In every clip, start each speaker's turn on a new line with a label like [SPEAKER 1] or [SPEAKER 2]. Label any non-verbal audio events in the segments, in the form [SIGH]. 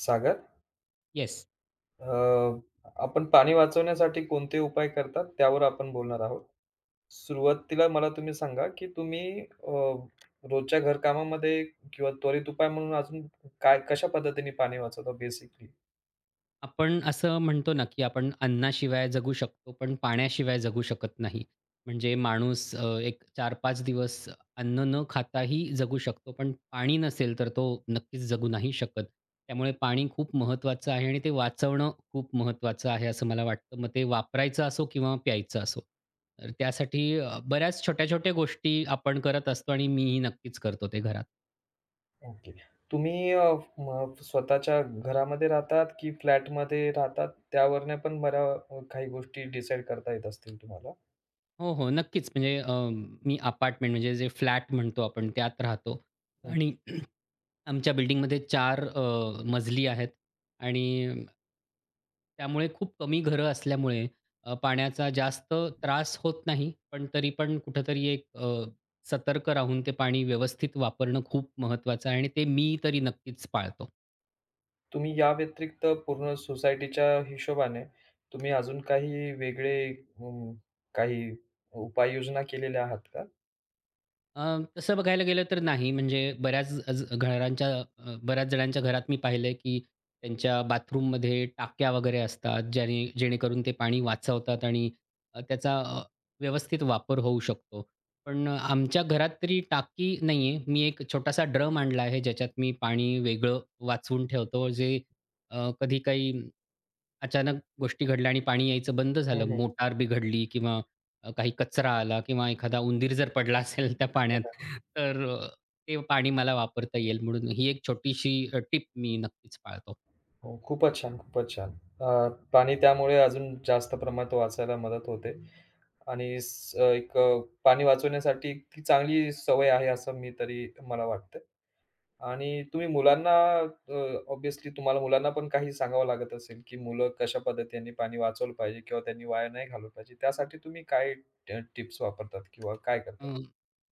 [SPEAKER 1] सागर,
[SPEAKER 2] yes.
[SPEAKER 1] अ, आपण पाणी वाचवण्यासाठी कोणते उपाय करतात त्यावर आपण बोलणार आहोत. सुरुवातीला मला तुम्ही सांगा, की तुम्ही रोजच्या घरकामामध्ये किंवा त्वरित उपाय म्हणून अजून काय कशा पद्धतीने पाणी वाचवता बेसिकली?
[SPEAKER 2] आपण असं म्हणतो ना, की आपण अन्नाशिवाय जगू शकतो, पण पाण्याशिवाय जगू शकत नाही. म्हणजे माणूस एक 4-5 दिवस अन्न न खाताही जगू शकतो, पण पाणी नसेल तर तो नक्कीच जगू नाही शकत. त्यामुळे पाणी खूप महत्त्वाचं आहे आणि ते वाचवणं खूप महत्त्वाचं आहे, असं मला वाटतं. मग ते वापरायचं असो किंवा प्यायचं असो. तर त्यासाठी बऱ्याच छोट्या-छोट्या गोष्टी आपण करत असतो आणि मीही नक्कीच करतो ते घरात.
[SPEAKER 1] ओके. तुम्ही मग स्वतःच्या घरामध्ये राहतात की फ्लॅटमध्ये राहतात? त्यावरनं पण बऱ्या काही गोष्टी डिसाईड करता येत असतील तुम्हाला.
[SPEAKER 2] हो, हो. नक्कीच. म्हणजे मी अपार्टमेंट म्हणजे जे फ्लॅट म्हणतो आपण त्यात राहतो आणि आमच्या बिल्डिंगमध्ये 4 मजली आहेत आणि त्यामुळे खूप कमी घरं असल्यामुळे पाण्याचा जास्त त्रास होत नाही. पण तरी पण कुठेतरी एक सतर्क राहून ते पाणी व्यवस्थित वापरणं खूप महत्त्वाचं आहे आणि ते मी तरी नक्कीच पाळतो.
[SPEAKER 1] तुम्ही या व्यतिरिक्त पूर्ण सोसायटीच्या हिशोबाने तुम्ही अजून काही वेगळे काही उपाययोजना केलेल्या आहात का?
[SPEAKER 2] अ, तसं बघायला गेलं तर नाही. म्हणजे बऱ्याच घरांच्या बऱ्याच जणांच्या घरात मी पाहिलंय, की त्यांच्या बाथरूममध्ये टाक्या वगैरे असतात, ज्याने जेणेकरून ते पाणी वाचवतात आणि त्याचा व्यवस्थित वापर होऊ शकतो. पण आमच्या घरात तरी टाकी नाहीये. मी एक छोटासा ड्रम आणला आहे, ज्याच्यात मी पाणी वेगळं वाचवून ठेवतो. जे कधी काही अचानक गोष्टी घडल्या आणि पाणी यायचं बंद झालं,
[SPEAKER 1] हं, हं.
[SPEAKER 2] मोटार बिघडली किंवा काही कचरा आला किंवा एखादा उंदीर जर पडला असेल त्या पाण्यात, तर ते पाणी मला वापरता येईल म्हणून ही एक छोटीशी टिप मी नक्कीच पाळतो.
[SPEAKER 1] हो, खूपच छान, खूपच छान. अ, पाणी त्यामुळे अजून जास्त प्रमाणात वाचायला मदत होते आणि स एक पाणी वाचवण्यासाठी ती चांगली सवय आहे असं मी तरी मला वाटतं. आणि तुम्ही मुलांना अ, ऑब्व्हियसली तुम्हाला मुलांना पण काही सांगावं लागत असेल, की मुलं कशा पद्धतीने पाणी वाचवलं पाहिजे किंवा त्यांनी वाया नाही घालवलं पाहिजे. त्यासाठी तुम्ही काय टिप्स वापरतात किंवा काय
[SPEAKER 2] अ,
[SPEAKER 1] करतात?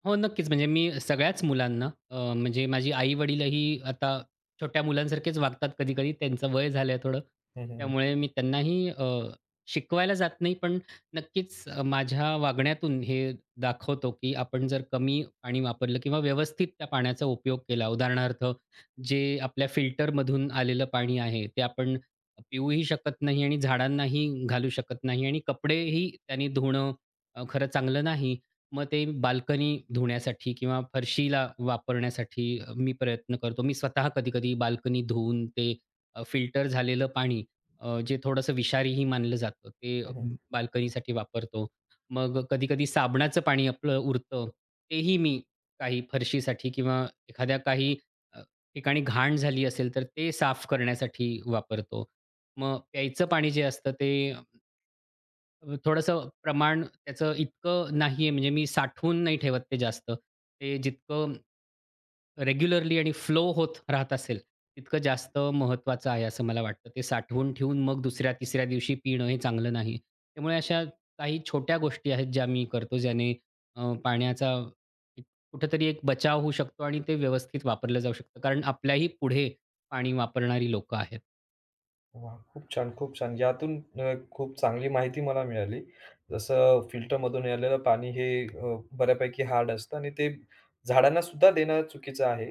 [SPEAKER 2] हो, नक्कीच. म्हणजे मी सगळ्याच मुलांना म्हणजे माझी आई-वडीलही आता छोट्या मुलांसारखेच वागतात कधी-कधी. त्यांचं वय झालंय थोडं.
[SPEAKER 1] हं.
[SPEAKER 2] त्यामुळे मी त्यांनाही शिकवायला जात नाही, पण नक्कीच माझ्या वागण्यातून हे दाखवतो, की आपण जर कमी पाणी वापरलं किंवा व्यवस्थित त्या पाण्याचा उपयोग केला. उदाहरणार्थ, जे आपल्या फिल्टरमधून आलेलं पाणी आहे, ते आपण पिऊही शकत नाही आणि झाडांनाही घालू शकत नाही आणि कपडेही त्याने धुणं खरं चांगलं नाही. मग ते बाल्कनी धुण्यासाठी किंवा फरशीला वापरण्यासाठी मी प्रयत्न करतो. मी स्वतः कधी-कधी बाल्कनी धुवून ते फिल्टर झालेलं पाणी जे थोडंसं विषारीही मानलं जातं, ते
[SPEAKER 1] हं, हं.
[SPEAKER 2] बाल्कनीसाठी वापरतो. मग कधी-कधी साबणाचं पाणी आपलं उरतं, तेही मी काही फरशीसाठी किंवा एखाद्या काही अ, ठिकाणी घाण झाली असेल, तर ते साफ करण्यासाठी वापरतो. मग प्यायचं पाणी जे असतं ते थोडंसं प्रमाण त्याचं इतकं नाहीये म्हणजे मी साठवून नाही ठेवत ते जास्त. ते जितकं रेग्युलरली आणि फ्लो होत राहत असेल, तितकं जास्त महत्त्वाचं आहे असं मला वाटतं. ते साठवून ठेवून मग दुसऱ्या-तिसऱ्या दिवशी पिणं हे चांगलं नाही. त्यामुळे अशा काही छोट्या गोष्टी आहेत ज्या मी करतो ज्याने पाण्याचा एक कुठेतरी एक बचाव होऊ शकतो आणि ते व्यवस्थित वापरलं जाऊ शकतं. कारण आपल्याही पुढे पाणी वापरणारी लोकं आहेत.
[SPEAKER 1] वाह! खूप छान, खूप छान. यातून खूप चांगली माहिती मला मिळाली. जसं फिल्टरमधून यायलेलं पाणी हे बऱ्यापैकी हार्ड असतं आणि ते झाडांना सुद्धा देणं चुकीचं आहे.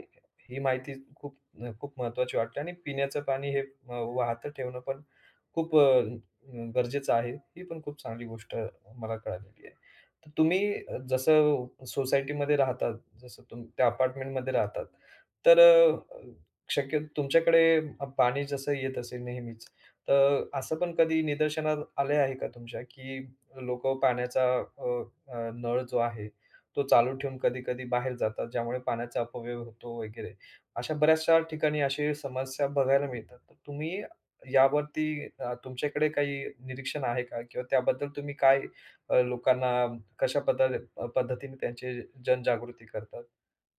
[SPEAKER 1] ही माहिती खूप खूप महत्त्वाची वाटते आणि पिण्याचं पाणी हे वाहतं ठेवणं पण खूप गरजेचं आहे. ही पण खूप चांगली गोष्ट मला कळालेली आहे. तर तुम्ही जसं सोसायटीमध्ये राहतात, जसं त्या अपार्टमेंटमध्ये राहतात, तर शक्यतो तुमच्याकडे पाणी जसं येत असेल नेहमीच, तर असं पण कधी निदर्शनात आले आहे का तुमच्या, की लोकं पाण्याचा अ, अ, नळ जो आहे, तो चालू ठेवून कधी-कधी बाहेर जातात, ज्यामुळे पाण्याचा अपव्यय होतो वगैरे. अशा बऱ्याचशा ठिकाणी अशी समस्या बघायला मिळतात. तर तुम्ही यावरती तुमच्याकडे काही निरीक्षण आहे का? किंवा त्याबद्दल तुम्ही काय लोकांना कशा पद्धत पद्धतीने त्यांची जनजागृती करतात?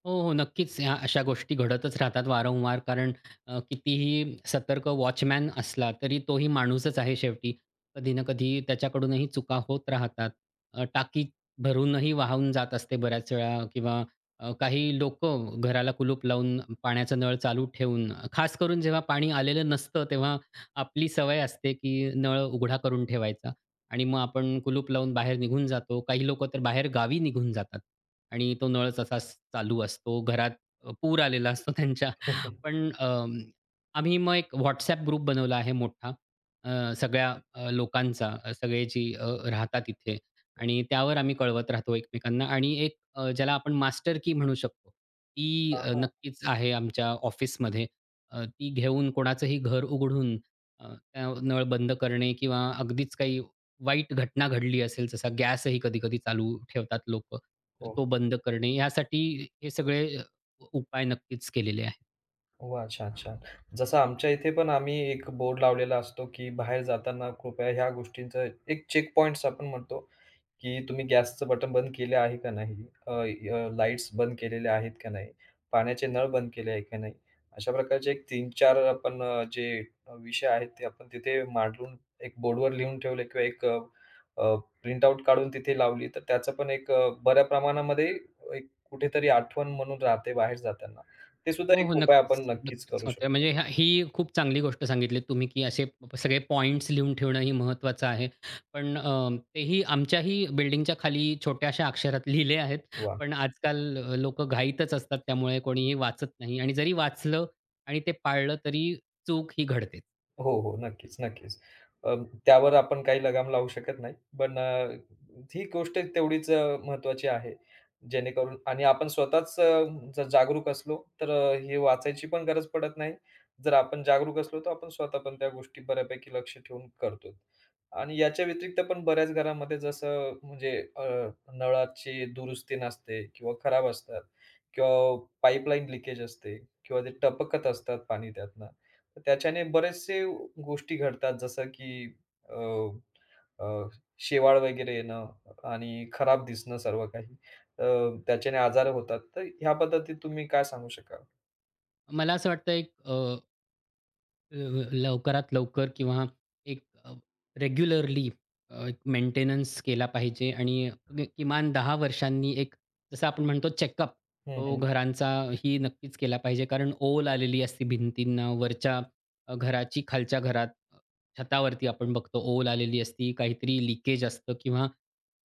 [SPEAKER 2] हो, हो. नक्कीच ह्या अशा गोष्टी घडतच राहतात वारंवार कारण कितीही सतर्क वॉचमॅन असला तरी तोही माणूसच आहे शेवटी. कधी ना कधी त्याच्याकडूनही चुका होत राहतात. टाकी भरूनही वाहून जात असते बऱ्याच वेळा किंवा काही लोक घराला कुलूप लावून पाण्याचा नळ चालू ठेवून खास करून जेव्हा पाणी आलेलं नसतं तेव्हा आपली सवय असते की नळ उघडा करून ठेवायचा. आणि मग आपण कुलूप लावून बाहेर निघून जातो. काही लोकं तर बाहेर गावी निघून जातात आणि तो नळ तसाच चालू असतो. घरात पूर आलेला असतो त्यांच्या.
[SPEAKER 1] [LAUGHS]
[SPEAKER 2] पण आम्ही मग एक WhatsApp ग्रुप बनवला आहे मोठा सगळ्या लोकांचा, सगळे जी राहतात इथे आणि त्यावर आम्ही कळवत राहतो एकमेकांना आणि एक ज्याला आपण मास्टर की म्हणू शकतो. ती
[SPEAKER 1] हां, हां.
[SPEAKER 2] नक्कीच आहे आमच्या ऑफिसमध्ये. ती घेऊन कोणाचंही घर उघडून त्या नळ बंद करणे किंवा अगदीच काही वाईट घटना घडली असेल, जसा गॅसही कधी-कधी चालू ठेवतात लोक तर
[SPEAKER 1] हो.
[SPEAKER 2] तो बंद करणे यासाठी हे सगळे उपाय नक्कीच केलेले आहेत.
[SPEAKER 1] वाह! छान, छान. जसं आमच्या इथे पण आम्ही एक बोर्ड लावलेला असतो, की बाहेर जाताना कृपया ह्या गोष्टींचं एक चेक पॉइंट आपण म्हणतो. की तुम्ही गॅसचं बटन बंद केलं आहे का नाही? अ, अ, लाईट्स बंद केलेल्या आहेत का नाही? पाण्याचे नळ बंद केले आहे का नाही? अशा प्रकारचे एक 3-4 आपण जे विषय आहेत ते आपण तिथे मांडून एक बोर्डवर लिहून ठेवले किंवा एक अ, अ, काढून तिथे लावली, तर त्याचं पण एक बऱ्या प्रमाणामध्ये एक कुठेतरी आठवण म्हणून राहते बाहेर जाताना. ते
[SPEAKER 2] हो,
[SPEAKER 1] सुद्धा
[SPEAKER 2] हो.
[SPEAKER 1] एक उपाय
[SPEAKER 2] नक्कीच,
[SPEAKER 1] आपण नक्कीच
[SPEAKER 2] नक्कीच
[SPEAKER 1] करू
[SPEAKER 2] होतंय.
[SPEAKER 1] शकतो.
[SPEAKER 2] म्हणजे ही खूप चांगली गोष्ट सांगितली तुम्ही, की असे सगळे पॉइंट्स लिहून ठेवणं ही महत्त्वाचं आहे. पण तेही आमच्याही बिल्डिंगच्या खाली छोट्याशा अक्षरात लिहिले आहेत. पण आजकाल घाईतच असतात, त्यामुळे कोणीही वाचत नाही आणि जरी वाचलं आणि ते पाळलं, तरी चूक ही घडतेच.
[SPEAKER 1] हो, हो. नक्कीच, नक्कीच. अ, त्यावर आपण काही लगाम लावू शकत नाही. पण ही गोष्ट तेवढीच महत्त्वाची आहे. जेणेकरून आणि आपण स्वतःच जर जागरूक असलो, तर हे वाचायची पण गरज पडत नाही. जर आपण जागरूक असलो, तर आपण स्वतः पण त्या गोष्टी बऱ्यापैकी लक्ष ठेवून करतो. आणि याच्या व्यतिरिक्त पण बऱ्याच घरामध्ये जसं म्हणजे अ, नळाची दुरुस्ती नसते किंवा खराब असतात किंवा पाईपलाईन लीकेज असते किंवा ते टपकत असतात पाणी त्यातनं. त्याच्याने बरेचसे गोष्टी घडतात जसं की अ, अ, शेवाळ वगैरे येणं आणि खराब दिसणं सर्व काही. अ, त्याच्याने आजार होतात. तर ह्या पद्धतीत तुम्ही काय सांगू शकाल?
[SPEAKER 2] मला असं वाटतं एक लवकरात लवकर किंवा एक रेग्युलरली एक मेंटेनन्स केला पाहिजे आणि किमान 10 वर्षांनी एक जसं आपण म्हणतो चेकअप
[SPEAKER 1] हं,
[SPEAKER 2] तो
[SPEAKER 1] हं.
[SPEAKER 2] घरांचा ही नक्कीच केला पाहिजे. कारण ओल आलेली असते भिंतींना वरच्या घराची खालच्या घरात अ, छतावरती आपण बघतो ओल आलेली असती, काहीतरी लीकेज असतं किंवा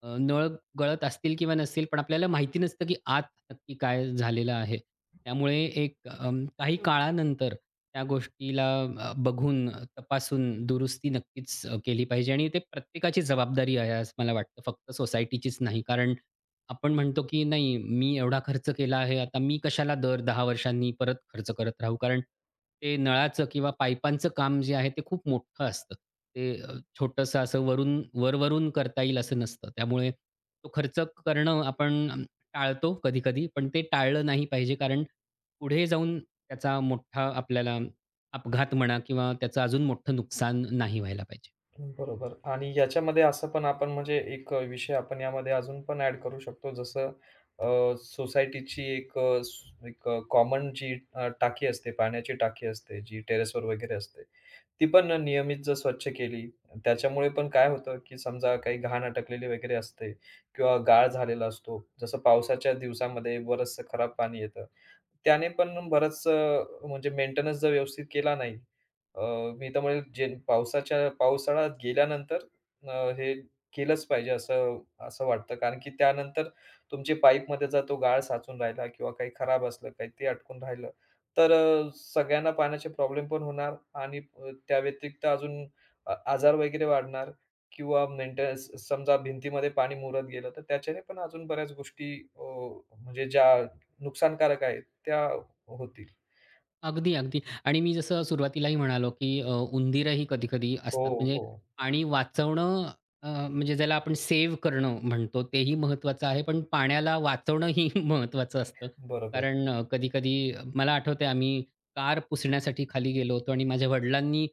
[SPEAKER 2] नळ गळत असतील किंवा नसतील, पण आपल्याला माहिती नसतं, की आत नक्की काय झालेलं आहे. त्यामुळे एक काही काळानंतर त्या गोष्टीला बघून, तपासून दुरुस्ती नक्कीच केली पाहिजे आणि ते प्रत्येकाची जबाबदारी आहे, असं मला वाटतं. फक्त सोसायटीचीच नाही. कारण आपण म्हणतो की नाही मी एवढा खर्च केला आहे, आता मी कशाला दर दहा वर्षांनी परत खर्च करत राहू. कारण ते नळाचं किंवा पाईपांचं काम जे आहे ते खूप मोठं असतं. ते छोटंसं असं वरून वर-वरून करता येईल असं नसतं. त्यामुळे तो खर्च करणं आपण टाळतो कधी-कधी. पण ते टाळलं नाही पाहिजे कारण पुढे जाऊन त्याचा मोठा आपल्याला अपघात म्हणा किंवा त्याचं अजून मोठं नुकसान नाही व्हायला पाहिजे.
[SPEAKER 1] बरोबर आणि याच्यामध्ये असं पण आपण म्हणजे एक विषय आपण यामध्ये अजून पण ॲड करू शकतो जसं अ, सोसायटीची एक एक कॉमन जी टाकी असते, पाण्याची टाकी असते, जी टेरेसवर वगैरे असते. ती पण नियमित जर स्वच्छ केली, त्याच्यामुळे पण काय होतं, की समजा काही घाण अटकलेली वगैरे असते किंवा गाळ झालेला असतो. जसं पावसाच्या दिवसामध्ये बरचसं खराब पाणी येतं. त्याने पण बरंचसं म्हणजे मेंटेनन्स जर व्यवस्थित केला नाही, अ, मी तर म्हणेल जे पावसाळ्यात गेल्यानंतर अ, हे केलंच पाहिजे असं असं वाटतं. कारण की त्यानंतर तुमच्या पाईपमध्ये जर तो गाळ साचून राहिला किंवा काही खराब असलं, काही ते अटकून राहिलं, तर सगळ्यांना पाण्याचे प्रॉब्लेम पण होणार आणि त्या व्यतिरिक्त अजून आजार वगैरे वाढणार किंवा मेंटेनन्स समजा भिंतीमध्ये पाणी मुरत गेलं, तर त्याच्याने पण अजून बऱ्याच गोष्टी म्हणजे ज्या नुकसानकारक आहेत त्या होतील.
[SPEAKER 2] अगदी, अगदी. आणि मी जसं सुरुवातीलाही म्हणालो, की उंदीरही कधी-कधी
[SPEAKER 1] हो,
[SPEAKER 2] असतात. म्हणजे
[SPEAKER 1] हो.
[SPEAKER 2] पाणी वाचवणं म्हणजे ज्याला आपण सेव्ह करणं म्हणतो, तेही महत्त्वाचं आहे. पण पाण्याला वाचवणंही [LAUGHS] महत्त्वाचं असतं.
[SPEAKER 1] बरोबर.
[SPEAKER 2] कारण कधी-कधी मला आठवतंय आम्ही कार पुसण्यासाठी खाली गेलो होतो आणि माझ्या वडिलांनी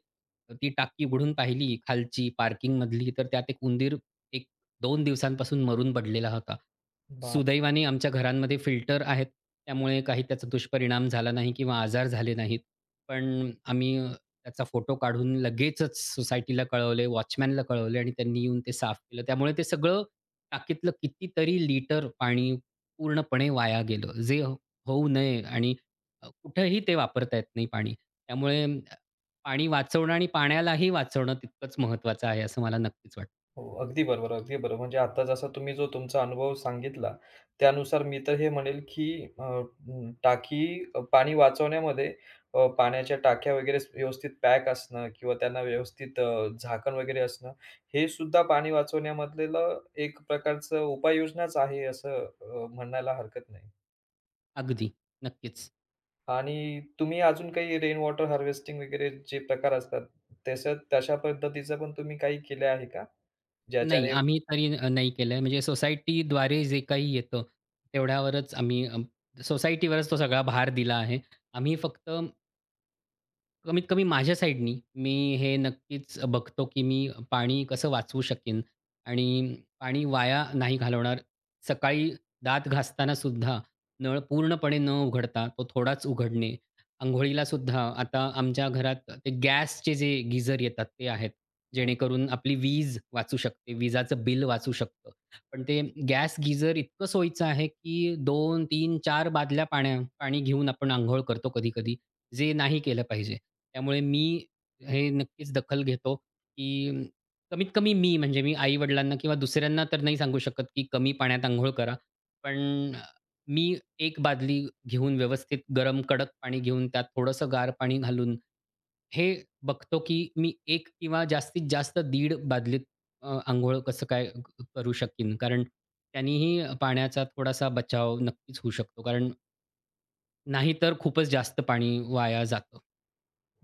[SPEAKER 2] ती टाकी उघडून पाहिली खालची पार्किंगमधली, तर त्यात एक उंदीर एक दोन दिवसांपासून मरून पडलेला होता.
[SPEAKER 1] भा
[SPEAKER 2] सुदैवाने आमच्या घरांमध्ये फिल्टर आहेत, त्यामुळे काही त्याचा दुष्परिणाम झाला नाही किंवा आजार झाले नाहीत. पण आम्ही त्याचा फोटो काढून लगेचच सोसायटीला कळवले, वॉचमॅनला कळवले आणि त्यांनी येऊन ते साफ केलं. त्यामुळे ते सगळं टाकीतलं कितीतरी लिटर पाणी पूर्णपणे वाया गेलं. होऊ नये आणि कुठेही ते वापरता येत नाही पाणी. त्यामुळे अ, पाणी वाचवणं आणि पाण्यालाही वाचवणं तितकंच महत्त्वाचं आहे, असं मला नक्कीच वाटतं.
[SPEAKER 1] हो, अगदी बरोबर, अगदी बरोबर. म्हणजे आता जसा तुम्ही जो तुमचा अनुभव सांगितला, त्यानुसार मी तर हे म्हणेल, की टाकी पाणी वाचवण्यामध्ये पाण्याच्या टाक्या वगैरे व्यवस्थित पॅक असणं किंवा त्यांना व्यवस्थित झाकण वगैरे असणं, हे सुद्धा पाणी वाचवण्यामधलं एक प्रकारचं उपाययोजनाच आहे, असं म्हणायला हरकत नाही.
[SPEAKER 2] अगदी. नक्कीच.
[SPEAKER 1] आणि तुम्ही अजून काही रेन वॉटर हार्वेस्टिंग वगैरे जे प्रकार असतात, तशा पद्धतीचं पण तुम्ही काही केलं आहे का?
[SPEAKER 2] नाही,
[SPEAKER 1] ज्याच्याने
[SPEAKER 2] आम्ही तरी नाही केलंय. म्हणजे सोसायटीद्वारे जे काही येतं, तेवढ्यावरच आम्ही सोसायटीवरच तो सगळा भार दिला आहे. आम्ही फक्त कमीत कमी माझ्या साईडनी मी हे नक्कीच बघतो, की मी पाणी कसं वाचवू शकेन आणि पाणी वाया नाही घालवणार. सकाळी दात घासताना सुद्धा नळ पूर्णपणे न उघडता तो थोडाच उघडणे. अंघोळीला सुद्धा आता आमच्या घरात ते गॅसचे जे गीझर येतात ते आहेत. जेणेकरून आपली वीज वाचू शकते. विजाचं बिल वाचू शकतं. पण ते गॅस गीझर इतकं सोयीचं आहे, की 2, 3, 4 बादल्या पाणी घेऊन आपण अंघोळ करतो कधी-कधी. जे नाही केलं पाहिजे. त्यामुळे मी हे नक्कीच दखल घेतो, की कमीत कमी मी आई-वडिलांना किंवा दुसऱ्यांना तर नाही सांगू शकत, की कमी पाण्यात अंघोळ करा. पण मी एक बादली घेऊन व्यवस्थित गरम कडक पाणी घेऊन त्यात थोडंसं गार पाणी घालून, हे बघतो, की मी 1 किंवा जास्तीत जास्त 1.5 बादलीत अंघोळ कसं काय करू शकीन. कारण त्यानीही पाण्याचा थोडासा बचाव नक्कीच होऊ शकतो. कारण नाहीतर खूपच जास्त पाणी वाया जातं.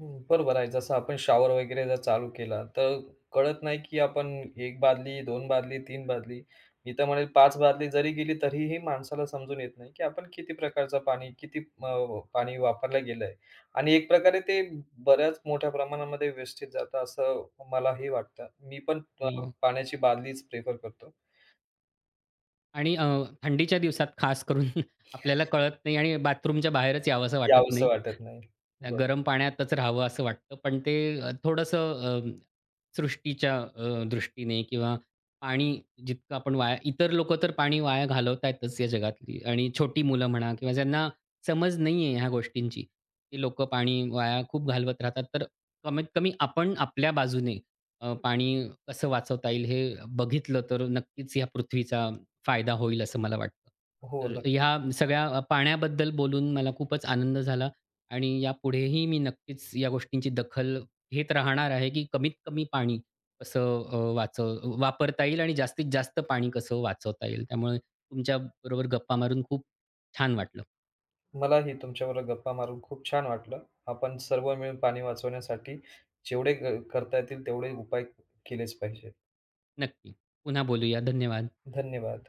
[SPEAKER 1] हं, बरोबर आहे. जसं आपण शॉवर वगैरे जर चालू केला, तर कळत नाही की आपण 1 बादली, 2 बादली, 3 बादली, मी तर म्हणेल 5 बादली जरी गेली, तरीही माणसाला समजून येत नाही की आपण किती प्रकारचं पाणी, किती पाणी वापरलं गेलंय आणि एक प्रकारे ते बऱ्याच मोठ्या प्रमाणामध्ये वेस्टेज जातं, असं मलाही वाटतं. मी पण
[SPEAKER 2] हो.
[SPEAKER 1] पाण्याची बादलीच प्रिफर करतो.
[SPEAKER 2] आणि थंडीच्या दिवसात खास करून [LAUGHS] आपल्याला कळत नाही आणि बाथरूमच्या बाहेरच यावंसं वाटत नाही.
[SPEAKER 1] यावसं वाटत नाही. बरं.
[SPEAKER 2] गरम पाण्यातच राहावं असं वाटतं. पण ते थोडंसं सृष्टीच्या दृष्टीने किंवा पाणी जितकं आपण वाया इतर लोक तर पाणी वाया घालवतायतच या जगातली आणि छोटी मुलं म्हणा किंवा ज्यांना समज नाही आहे ह्या गोष्टींची, ती लोकं पाणी वाया खूप घालवत राहतात. तर कमीत कमी आपण आपल्या बाजूने पाणी कसं वाचवता येईल हे बघितलं तर नक्कीच ह्या पृथ्वीचा फायदा होईल असं मला वाटतं.
[SPEAKER 1] हो,
[SPEAKER 2] तर ह्या सगळ्या पाण्याबद्दल बोलून मला खूपच आनंद झाला आणि यापुढेही मी नक्कीच या गोष्टींची दखल घेत राहणार आहे, की कमीत कमी पाणी कसं अ, वाचव वापरता येईल आणि जास्तीत जास्त पाणी कसं वाचवता येईल. त्यामुळे तुमच्याबरोबर गप्पा मारून खूप छान वाटलं.
[SPEAKER 1] मलाही तुमच्याबरोबर गप्पा मारून खूप छान वाटलं. आपण सर्व मिळून पाणी वाचवण्यासाठी जेवढे करता येतील तेवढे उपाय केलेच पाहिजे.
[SPEAKER 2] नक्की. पुन्हा बोलूया. धन्यवाद.
[SPEAKER 1] धन्यवाद.